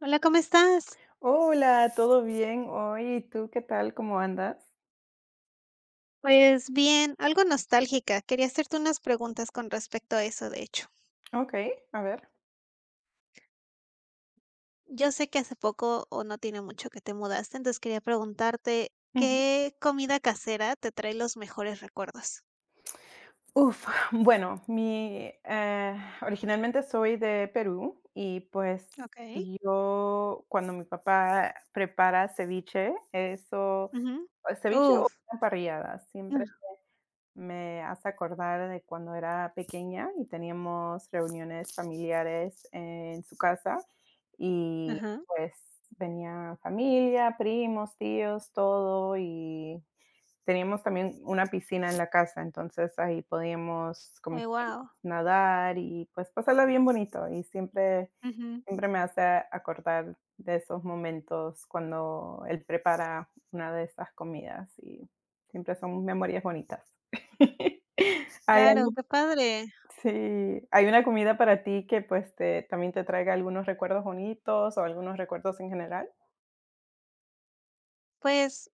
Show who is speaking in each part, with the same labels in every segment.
Speaker 1: Hola, ¿cómo estás?
Speaker 2: Hola, ¿todo bien hoy? ¿Y tú qué tal? ¿Cómo andas?
Speaker 1: Pues bien, algo nostálgica. Quería hacerte unas preguntas con respecto a eso, de hecho.
Speaker 2: Okey, a ver.
Speaker 1: Yo sé que hace poco o no tiene mucho que te mudaste, entonces quería preguntarte,
Speaker 2: Ujú.
Speaker 1: ¿qué comida casera te trae los mejores recuerdos?
Speaker 2: Uf, bueno, originalmente soy de Perú y, pues,
Speaker 1: Okey.
Speaker 2: yo cuando mi papá prepara ceviche, eso,
Speaker 1: Ujú.
Speaker 2: o ceviche o
Speaker 1: Uf.
Speaker 2: una parrillada, siempre me hace acordar de cuando era pequeña y teníamos reuniones familiares en su casa y,
Speaker 1: Ajá.
Speaker 2: pues, venía familia, primos, tíos, todo, y teníamos también una piscina en la casa, entonces ahí podíamos con
Speaker 1: Ay,
Speaker 2: mis primos
Speaker 1: guau.
Speaker 2: nadar y, pues, pasarla bien bonito. Y siempre
Speaker 1: Ujú.
Speaker 2: Siempre me hace acordar de esos momentos cuando él prepara una de esas comidas, y siempre son memorias bonitas. ¿Hay
Speaker 1: Claro,
Speaker 2: algo,
Speaker 1: qué padre.
Speaker 2: sí, sí, hay una comida para ti que, pues, te también te traiga algunos recuerdos bonitos o algunos recuerdos en general?
Speaker 1: Pues,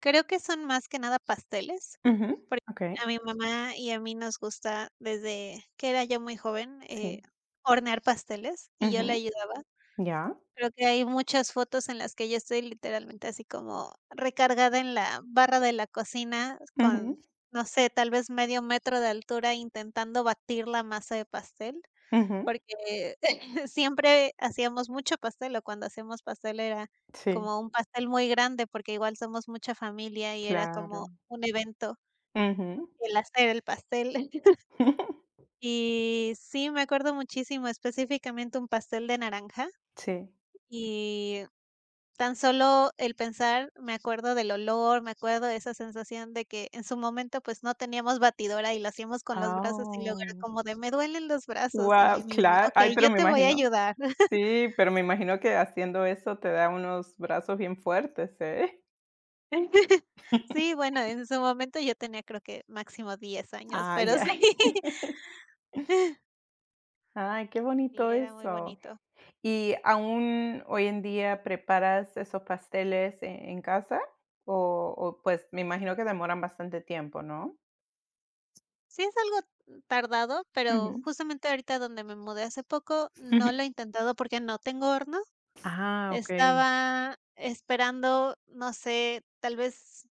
Speaker 1: creo que son más que nada pasteles,
Speaker 2: Ujú,
Speaker 1: porque
Speaker 2: okey,
Speaker 1: a mi mamá y a mí nos gusta desde que era yo muy joven,
Speaker 2: sí.
Speaker 1: hornear pasteles y yo le
Speaker 2: Ujú,
Speaker 1: ayudaba.
Speaker 2: ya.
Speaker 1: Creo que hay muchas fotos en las que yo estoy literalmente así como recargada en la barra de la cocina
Speaker 2: Ujú,
Speaker 1: con, no sé, tal vez medio metro de altura intentando batir la masa de pastel.
Speaker 2: ujú.
Speaker 1: Porque siempre hacíamos mucho pastel, o cuando hacíamos pastel era
Speaker 2: Sí,
Speaker 1: como un pastel muy grande, porque igual somos mucha familia y era como
Speaker 2: claro.
Speaker 1: un evento
Speaker 2: Ujú.
Speaker 1: el hacer el pastel. Y sí, me acuerdo muchísimo, específicamente un pastel de naranja,
Speaker 2: Sí.
Speaker 1: y tan solo el pensar, me acuerdo del olor, me acuerdo de esa sensación de que en su momento, pues, no teníamos batidora y lo hacíamos con los
Speaker 2: Ah,
Speaker 1: brazos, y luego era
Speaker 2: oh.
Speaker 1: como de: "Me duelen los brazos", y
Speaker 2: Guau,
Speaker 1: mi mamá:
Speaker 2: claro, ay,
Speaker 1: "Okey, yo
Speaker 2: pero me
Speaker 1: te voy a
Speaker 2: imagino.
Speaker 1: ayudar".
Speaker 2: Sí, pero me imagino que haciendo eso te da unos brazos bien fuertes, ¿eh?
Speaker 1: Sí, bueno, en su momento yo tenía creo que máximo 10 años,
Speaker 2: Ah,
Speaker 1: pero
Speaker 2: ya.
Speaker 1: sí.
Speaker 2: Ay, qué
Speaker 1: Sí,
Speaker 2: bonito
Speaker 1: era muy
Speaker 2: eso.
Speaker 1: bonito.
Speaker 2: ¿Y aún hoy en día preparas esos pasteles en casa? O, pues, me imagino que demoran bastante tiempo, ¿no?
Speaker 1: Sí, es algo tardado, pero
Speaker 2: Ujú,
Speaker 1: justamente ahorita donde me mudé hace poco, no
Speaker 2: ujú.
Speaker 1: lo he intentado porque no tengo horno.
Speaker 2: Ah, okey,
Speaker 1: Estaba esperando, no sé, tal vez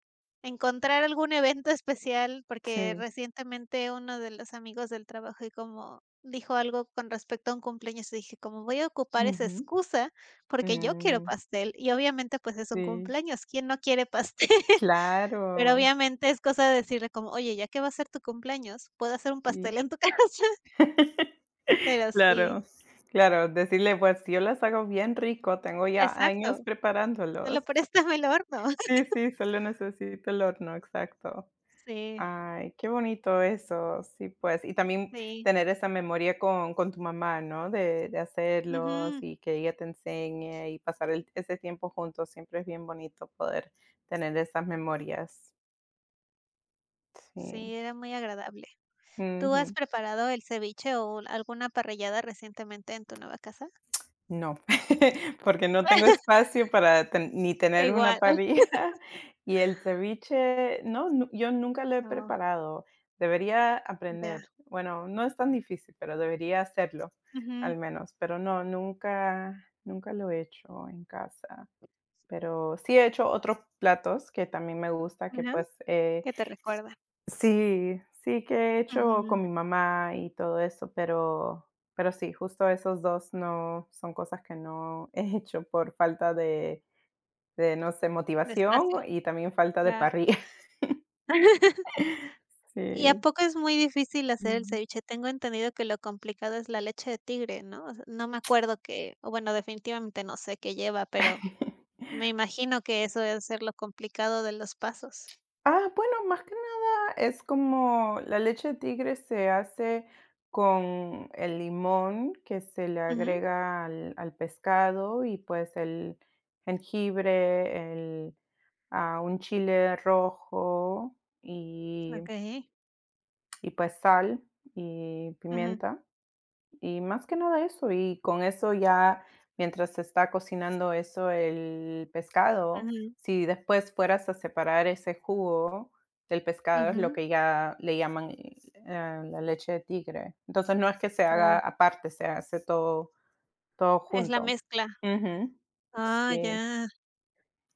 Speaker 1: encontrar algún evento especial, porque
Speaker 2: sí.
Speaker 1: recientemente uno de los amigos del trabajo y como dijo algo con respecto a un cumpleaños, y dije: "Como voy a ocupar esa
Speaker 2: Ujú.
Speaker 1: excusa, porque yo quiero
Speaker 2: Mm,
Speaker 1: pastel", y obviamente, pues, es un
Speaker 2: sí,
Speaker 1: cumpleaños, ¿quién no quiere pastel? Pero
Speaker 2: claro,
Speaker 1: obviamente es cosa de decirle como: "Oye, ya que va a ser tu cumpleaños, puedo hacer un
Speaker 2: sí.
Speaker 1: pastel en tu casa". Pero sí,
Speaker 2: Claro, claro, decirle, pues, yo las hago bien rico, tengo ya años
Speaker 1: exacto, solo
Speaker 2: preparándolos.
Speaker 1: préstamelo horno.
Speaker 2: Sí, sí, solo necesito el horno, exacto.
Speaker 1: Sí,
Speaker 2: Ay, qué bonito eso, sí, pues, y también
Speaker 1: sí.
Speaker 2: tener esa memoria con tu mamá, ¿no? De hacerlos
Speaker 1: Ujú.
Speaker 2: y que ella te enseñe y pasar el ese tiempo juntos, siempre es bien bonito poder tener esas memorias. Sí,
Speaker 1: Sí, era muy agradable. ¿Tú has preparado el ceviche o alguna parrillada recientemente en tu nueva casa?
Speaker 2: no, porque no tengo espacio para ten ni tener una
Speaker 1: Igual.
Speaker 2: parrilla y el ceviche, no, nu yo nunca lo he
Speaker 1: No,
Speaker 2: preparado. Debería
Speaker 1: ya.
Speaker 2: aprender. Bueno, no es tan difícil, pero debería hacerlo,
Speaker 1: Ujú,
Speaker 2: al menos. Pero no, nunca lo he hecho en casa. Pero sí he hecho otros platos que también me gusta, que,
Speaker 1: ajá,
Speaker 2: pues, eh,
Speaker 1: que te recuerda.
Speaker 2: Sí, sí que he hecho con
Speaker 1: Ujú,
Speaker 2: mi mamá y todo eso, pero sí, justo esos 2 no son cosas que no he hecho por falta de, no sé, motivación,
Speaker 1: despacio,
Speaker 2: y también falta de
Speaker 1: claro.
Speaker 2: parrilla.
Speaker 1: ¿Y a
Speaker 2: Sí.
Speaker 1: poco es muy difícil hacer el
Speaker 2: Ujú.
Speaker 1: ceviche? Tengo entendido que lo complicado es la leche de tigre, ¿no? O sea, no me acuerdo que, o bueno, definitivamente no sé qué lleva, pero me imagino que eso debe ser lo complicado de los pasos.
Speaker 2: Ah, bueno, más que nada es como la leche de tigre se hace con el limón que se le
Speaker 1: Ujú,
Speaker 2: agrega al pescado, y pues el jengibre, un chile rojo y,
Speaker 1: okey.
Speaker 2: y pues sal y
Speaker 1: Ujú,
Speaker 2: pimienta. Y más que nada eso, y con eso ya, mientras se está cocinando eso, el pescado,
Speaker 1: ujú,
Speaker 2: si después fueras a separar ese jugo del pescado, es lo
Speaker 1: ujú,
Speaker 2: que ya le llaman la leche de tigre. Entonces, no es que se
Speaker 1: ya.
Speaker 2: haga aparte, se hace todo
Speaker 1: Es la
Speaker 2: junto.
Speaker 1: mezcla.
Speaker 2: Ujú.
Speaker 1: Ah,
Speaker 2: Sí,
Speaker 1: ya.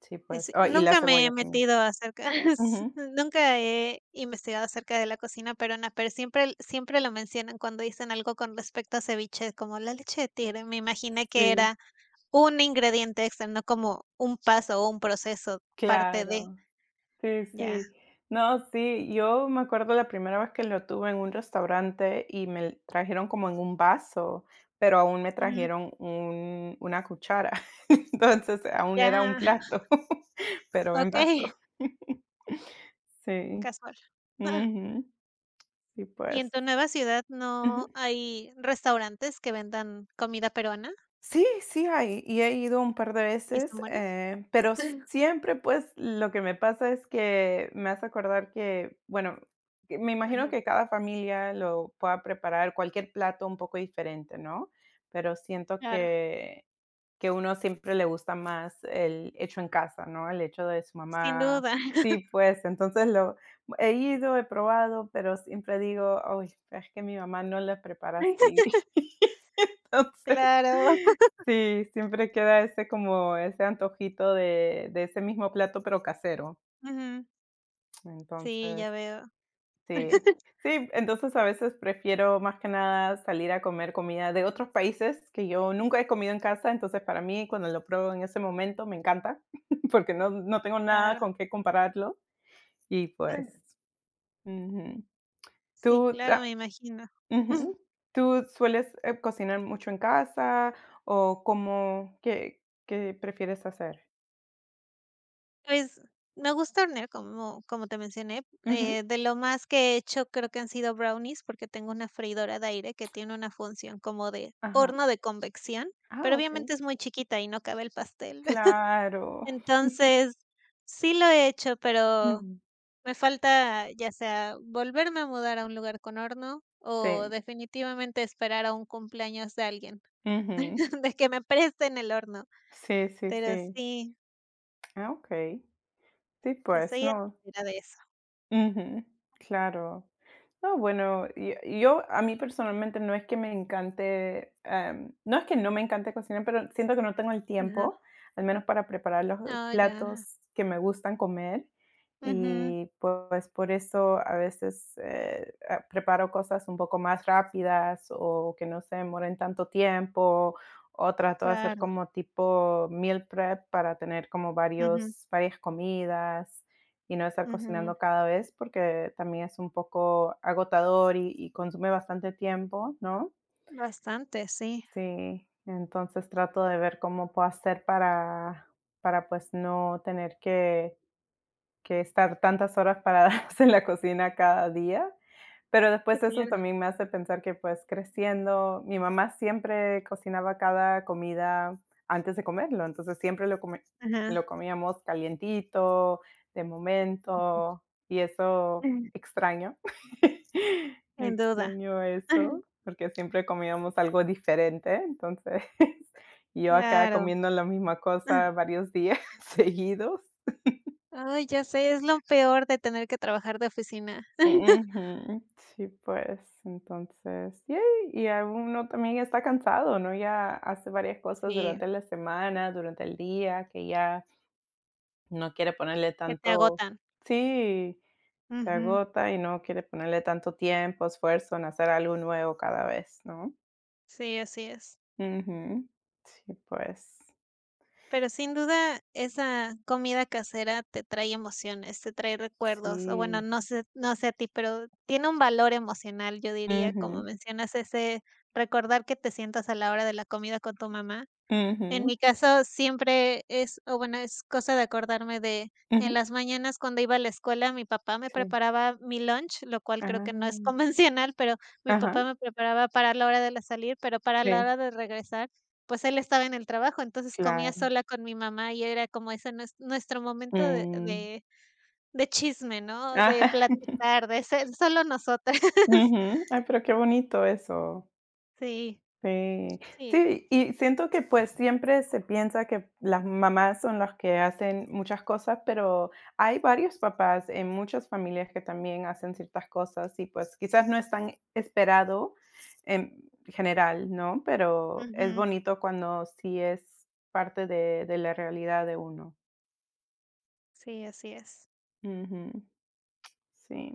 Speaker 2: sí, pues.
Speaker 1: Es
Speaker 2: Oh, y la
Speaker 1: Nunca me
Speaker 2: cebolla
Speaker 1: he
Speaker 2: también.
Speaker 1: metido acerca. s
Speaker 2: Ujú.
Speaker 1: Nunca he investigado acerca de la cocina peruana, pero siempre siempre lo mencionan cuando dicen algo con respecto a ceviche, como la leche de tigre. Me imaginé que
Speaker 2: Sí,
Speaker 1: era un ingrediente extra, no como un paso o un proceso, parte de.
Speaker 2: claro. Sí,
Speaker 1: Ya.
Speaker 2: sí. No, sí, yo me acuerdo la primera vez que lo tuve en un restaurante y me l- trajeron como en un vaso, pero aún me
Speaker 1: Ujú.
Speaker 2: trajeron un- una cuchara. Entonces, aún era un
Speaker 1: Ya.
Speaker 2: plato, pero en vaso.
Speaker 1: Okey,
Speaker 2: Sí.
Speaker 1: casual. Ah,
Speaker 2: Ujú, sí,
Speaker 1: ¿y en
Speaker 2: pues.
Speaker 1: tu nueva ciudad no
Speaker 2: Ujú.
Speaker 1: hay restaurantes que vendan comida peruana
Speaker 2: Sí, sí hay, y he ido un par de
Speaker 1: y están
Speaker 2: veces,
Speaker 1: buenos?
Speaker 2: eh, pero siempre, pues, lo que me pasa es que me hace acordar que, bueno, que me imagino
Speaker 1: Ujú,
Speaker 2: que cada familia lo pueda preparar, cualquier plato un poco diferente, ¿no? Pero siento
Speaker 1: claro.
Speaker 2: que uno siempre le gusta más el hecho en casa, ¿no? El hecho de su
Speaker 1: Sin
Speaker 2: mamá.
Speaker 1: duda.
Speaker 2: Sí, pues, entonces lo he ido, he probado, pero siempre digo: "Ay, es que mi mamá no la prepara así". Entonces,
Speaker 1: Claro.
Speaker 2: sí, siempre queda ese como ese antojito de ese mismo plato, pero casero.
Speaker 1: Ujú. Sí,
Speaker 2: Entonces,
Speaker 1: ya veo.
Speaker 2: sí. Sí, entonces a veces prefiero más que nada salir a comer comida de otros países que yo nunca he comido en casa, entonces para mí cuando lo pruebo en ese momento me encanta, porque no tengo nada
Speaker 1: Claro.
Speaker 2: con qué compararlo y pues ujú.
Speaker 1: Sí,
Speaker 2: ¿Tú
Speaker 1: claro,
Speaker 2: ah,
Speaker 1: me imagino.
Speaker 2: Ujú. ¿Tú sueles, cocinar mucho en casa o cómo, qué qué prefieres hacer?
Speaker 1: Pues, me gusta hornear, como te mencioné,
Speaker 2: Ujú.
Speaker 1: de lo más que he hecho creo que han sido brownies, porque tengo una freidora de aire que tiene una función como de
Speaker 2: Ajá.
Speaker 1: horno de convección,
Speaker 2: Ah,
Speaker 1: pero
Speaker 2: okey.
Speaker 1: obviamente es muy chiquita y no cabe el pastel.
Speaker 2: Claro.
Speaker 1: Entonces, sí lo he hecho, pero
Speaker 2: Ujú.
Speaker 1: me falta, ya sea volverme a mudar a un lugar con horno o
Speaker 2: Sí.
Speaker 1: definitivamente esperar a un cumpleaños de alguien,
Speaker 2: Ujú.
Speaker 1: de que me presten el horno,
Speaker 2: Sí, sí,
Speaker 1: pero
Speaker 2: sí.
Speaker 1: sí,
Speaker 2: Ah, okey. Sí, pues,
Speaker 1: estoy en
Speaker 2: no.
Speaker 1: espera de eso.
Speaker 2: Ujú, claro. No, bueno, y yo a mí personalmente no es que me encante, no es que no me encante cocinar, pero siento que no tengo el
Speaker 1: Ajá.
Speaker 2: tiempo, al menos para preparar los
Speaker 1: Ah, ya.
Speaker 2: platos que me gustan comer.
Speaker 1: Ujú,
Speaker 2: Y pues por eso a veces preparo cosas un poco más rápidas o que no se demoren tanto tiempo, o trato de hacer
Speaker 1: claro.
Speaker 2: como tipo meal prep para tener como
Speaker 1: Ujú,
Speaker 2: varios varias comidas y no estar
Speaker 1: ujú.
Speaker 2: cocinando cada vez, porque también es un poco agotador y consume bastante tiempo, ¿no?
Speaker 1: Bastante, sí.
Speaker 2: Sí, entonces trato de ver cómo puedo hacer para, pues, no tener que estar tantas horas paradas en la cocina cada día. Pero
Speaker 1: Sí,
Speaker 2: después eso
Speaker 1: claro.
Speaker 2: también me hace pensar que pues creciendo, mi mamá siempre cocinaba cada comida antes de comerlo, entonces siempre lo, come- lo
Speaker 1: Ajá.
Speaker 2: comíamos calientito, de momento, y eso extraño.
Speaker 1: Sin duda.
Speaker 2: Extraño eso, porque siempre comíamos algo diferente, entonces yo acá
Speaker 1: Claro.
Speaker 2: comiendo la misma cosa varios días seguidos.
Speaker 1: Ay, ya sé, es lo peor de tener que trabajar de oficina.
Speaker 2: Ujú, sí, pues, entonces, yay, y a uno también está cansado, ¿no? Ya hace varias cosas
Speaker 1: Sí,
Speaker 2: durante la semana, durante el día, que ya no quiere ponerle
Speaker 1: que te
Speaker 2: tanto.
Speaker 1: agotan.
Speaker 2: Sí, te
Speaker 1: Ujú.
Speaker 2: agota y no quiere ponerle tanto tiempo, esfuerzo en hacer algo nuevo cada vez, ¿no?
Speaker 1: Sí, así es.
Speaker 2: Ujú. Sí, pues,
Speaker 1: Pero sin duda, esa comida casera te trae emociones, te trae recuerdos, o bueno,
Speaker 2: sí.
Speaker 1: no sé a ti, pero tiene un valor emocional, yo diría, como
Speaker 2: Ujú,
Speaker 1: mencionas, ese recordar que te sientas a la hora de la comida con tu mamá. En
Speaker 2: ujú,
Speaker 1: mi caso, siempre es o bueno, es cosa de acordarme de en
Speaker 2: ujú.
Speaker 1: las mañanas cuando iba a la escuela, mi papá me
Speaker 2: Sí.
Speaker 1: preparaba mi lunch, lo cual creo que no es
Speaker 2: Ah,
Speaker 1: convencional, pero mi
Speaker 2: ajá,
Speaker 1: papá me preparaba para la hora de la salir, pero para la
Speaker 2: sí,
Speaker 1: hora de regresar, pues él estaba en el trabajo, entonces comía
Speaker 2: claro.
Speaker 1: sola con mi mamá y era como ese nuestro momento de
Speaker 2: Mm,
Speaker 1: de de chisme, ¿no? De
Speaker 2: ajá.
Speaker 1: platicar, de ser solo nosotras.
Speaker 2: Ujú. Ay, pero qué bonito eso.
Speaker 1: Sí,
Speaker 2: Sí.
Speaker 1: sí.
Speaker 2: Sí, y siento que, pues, siempre se piensa que las mamás son las que hacen muchas cosas, pero hay varios papás en muchas familias que también hacen ciertas cosas y, pues, quizás no es tan esperado en general, ¿no? Pero es
Speaker 1: Ujú.
Speaker 2: bonito cuando sí es parte de la realidad de uno.
Speaker 1: Sí, así es.
Speaker 2: Ujú. Sí.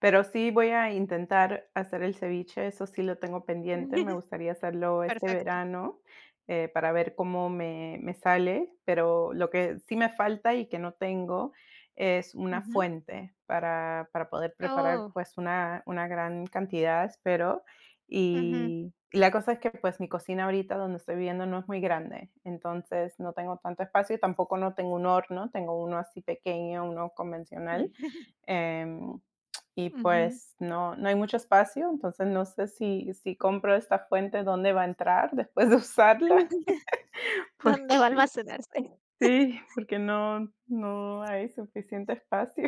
Speaker 2: Pero sí voy a intentar hacer el ceviche, eso sí lo tengo pendiente, me gustaría hacerlo este
Speaker 1: Perfecto.
Speaker 2: verano, para ver cómo me me sale, pero lo que sí me falta y que no tengo es una
Speaker 1: Ujú.
Speaker 2: fuente para poder preparar,
Speaker 1: Oh.
Speaker 2: pues, una gran cantidad, espero.
Speaker 1: Ujú.
Speaker 2: Y la cosa es que, pues, mi cocina ahorita donde estoy viviendo no es muy grande, entonces no tengo tanto espacio y tampoco no tengo un horno, tengo uno así pequeño, uno convencional. Em, y
Speaker 1: Ujú.
Speaker 2: pues no, no hay mucho espacio, entonces no sé si, si compro esta fuente, ¿dónde va a entrar después de usarla?
Speaker 1: ¿Dónde va a
Speaker 2: Porque
Speaker 1: almacenarse?
Speaker 2: sí, porque no, no hay suficiente espacio.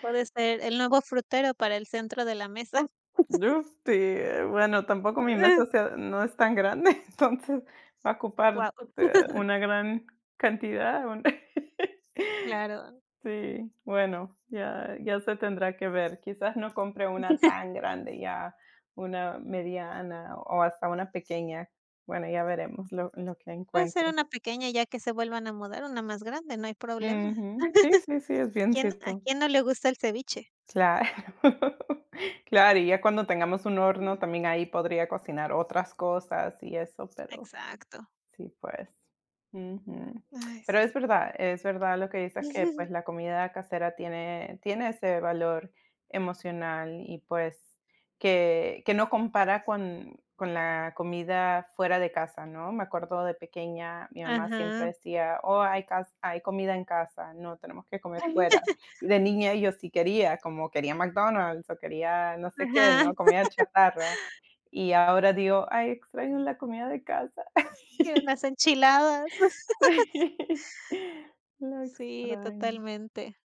Speaker 1: Puede ser el nuevo frutero para el centro de la mesa.
Speaker 2: Yo sí, bueno, tampoco mi mesa sea- no es tan grande, entonces va a
Speaker 1: Wow.
Speaker 2: ocupar una gran cantidad. Un-
Speaker 1: Claro.
Speaker 2: Sí, bueno, ya ya se tendrá que ver. Quizás no compre una tan grande, ya una mediana o hasta una pequeña. Bueno, ya veremos lo que
Speaker 1: Puede ser
Speaker 2: encuentre.
Speaker 1: una pequeña ya que se vuelvan a mudar, una más grande, no hay problema.
Speaker 2: Ujú. Sí, sí, sí, es bien
Speaker 1: ¿Quién a
Speaker 2: cierto.
Speaker 1: quién no le gusta el ceviche?
Speaker 2: Claro. Claro, y ya cuando tengamos un horno, también ahí podría cocinar otras cosas y eso, pero
Speaker 1: Exacto.
Speaker 2: sí, pues. Ujú.
Speaker 1: Ay,
Speaker 2: Pero
Speaker 1: sí.
Speaker 2: es verdad lo que dices que, pues, la comida casera tiene tiene ese valor emocional y, pues, que no compara con la comida fuera de casa, ¿no? Me acuerdo de pequeña, mi mamá siempre
Speaker 1: Ajá.
Speaker 2: decía: "Oh, hay cas hay comida en casa, no tenemos que comer fuera". Y de niña yo sí quería, como quería McDonald's o quería no sé qué, ¿no?
Speaker 1: Ajá.
Speaker 2: Comida chatarra. Y ahora digo: "Ay, extraño la comida de casa".
Speaker 1: Quiero unas enchiladas.
Speaker 2: Sí, lo
Speaker 1: Sí,
Speaker 2: extraño.
Speaker 1: totalmente.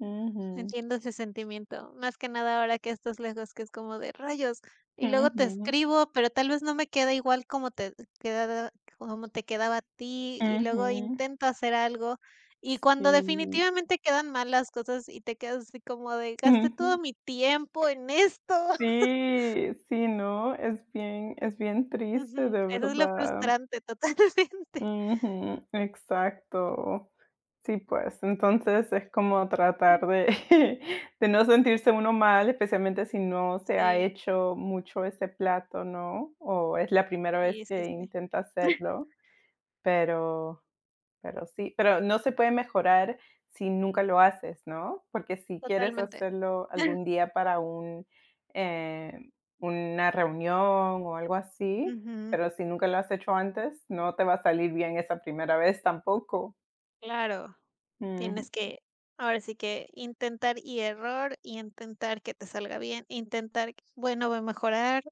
Speaker 2: Ujú,
Speaker 1: Entiendo ese sentimiento, más que nada ahora que estás lejos, que es como de rayos, y luego te
Speaker 2: ujú,
Speaker 1: escribo, pero tal vez no me queda igual quedaba, como te quedaba a ti, y luego
Speaker 2: ujú,
Speaker 1: intento hacer algo, y
Speaker 2: sí,
Speaker 1: cuando definitivamente quedan mal las cosas y te quedas así como de gasté
Speaker 2: ujú.
Speaker 1: todo mi tiempo en esto.
Speaker 2: Sí, sí, no, es bien triste,
Speaker 1: Ujú,
Speaker 2: de
Speaker 1: eso es lo
Speaker 2: verdad.
Speaker 1: frustrante totalmente.
Speaker 2: Ujú, exacto. Sí, pues, entonces es como tratar de de no sentirse uno mal, especialmente si no se ha
Speaker 1: Sí,
Speaker 2: hecho mucho ese plato, ¿no? O es la primera vez
Speaker 1: sí, sí,
Speaker 2: que
Speaker 1: sí,
Speaker 2: intenta hacerlo, pero Pero sí, pero no se puede mejorar si nunca lo haces, ¿no? Porque si quieres
Speaker 1: totalmente.
Speaker 2: hacerlo algún día para eh, una reunión o algo así,
Speaker 1: Ujú,
Speaker 2: pero si nunca lo has hecho antes, no te va a salir bien esa primera vez tampoco.
Speaker 1: claro.
Speaker 2: Ujú.
Speaker 1: Tienes que, ahora sí que intentar y error, y intentar que te salga bien, intentar, bueno, voy a mejorar,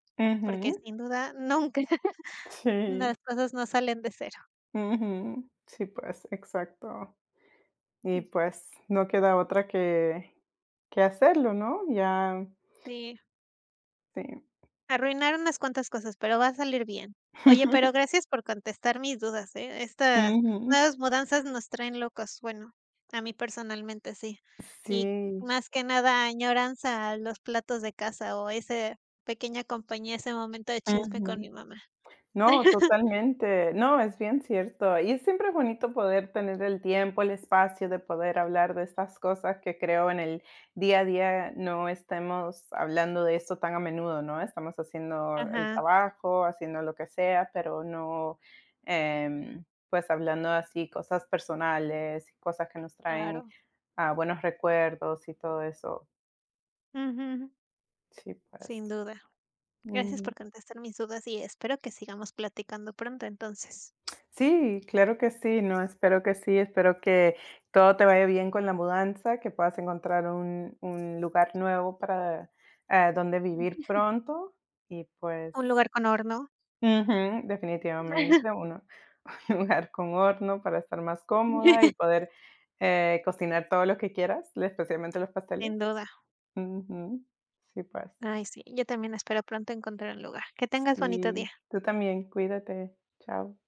Speaker 1: porque
Speaker 2: Ujú.
Speaker 1: sin duda nunca
Speaker 2: Sí.
Speaker 1: las cosas no salen de cero.
Speaker 2: Ujú. Sí, pues, exacto. Y, pues, no queda otra que hacerlo, ¿no? Ya,
Speaker 1: Sí,
Speaker 2: sí.
Speaker 1: arruinar unas cuantas cosas, pero va a salir bien. Oye, pero gracias por contestar mis dudas, ¿eh? Estas
Speaker 2: Ujú.
Speaker 1: nuevas mudanzas nos traen locos, bueno, a mí personalmente sí. Y
Speaker 2: Sí.
Speaker 1: más que nada añoranza a los platos de casa o esa pequeña compañía, ese momento de chisme con
Speaker 2: Ujú.
Speaker 1: mi mamá.
Speaker 2: No, totalmente. No, es bien cierto. Y siempre es bonito poder tener el tiempo, el espacio de poder hablar de estas cosas que creo en el día a día no estemos hablando de esto tan a menudo, ¿no? Estamos haciendo el
Speaker 1: Ajá,
Speaker 2: trabajo, haciendo lo que sea, pero no, em, pues hablando así cosas personales y cosas que nos traen
Speaker 1: claro.
Speaker 2: ah, buenos recuerdos y todo eso.
Speaker 1: Ujú,
Speaker 2: Sí,
Speaker 1: sin
Speaker 2: pues.
Speaker 1: duda. Gracias por contestar mis dudas y espero que sigamos platicando pronto entonces.
Speaker 2: Sí, claro que sí, no, espero que sí, espero que todo te vaya bien con la mudanza, que puedas encontrar un lugar nuevo para donde vivir
Speaker 1: Ujú.
Speaker 2: pronto y pues
Speaker 1: Un lugar con horno.
Speaker 2: ujú, definitivamente uno, un lugar con horno para estar más cómoda y poder cocinar todo lo que quieras, especialmente los pasteles.
Speaker 1: Sin duda.
Speaker 2: Ujú, sí, pues,
Speaker 1: Ay, sí, yo también espero pronto encontrar un lugar. Que tengas bonito día.
Speaker 2: sí, tú también, cuídate, chao.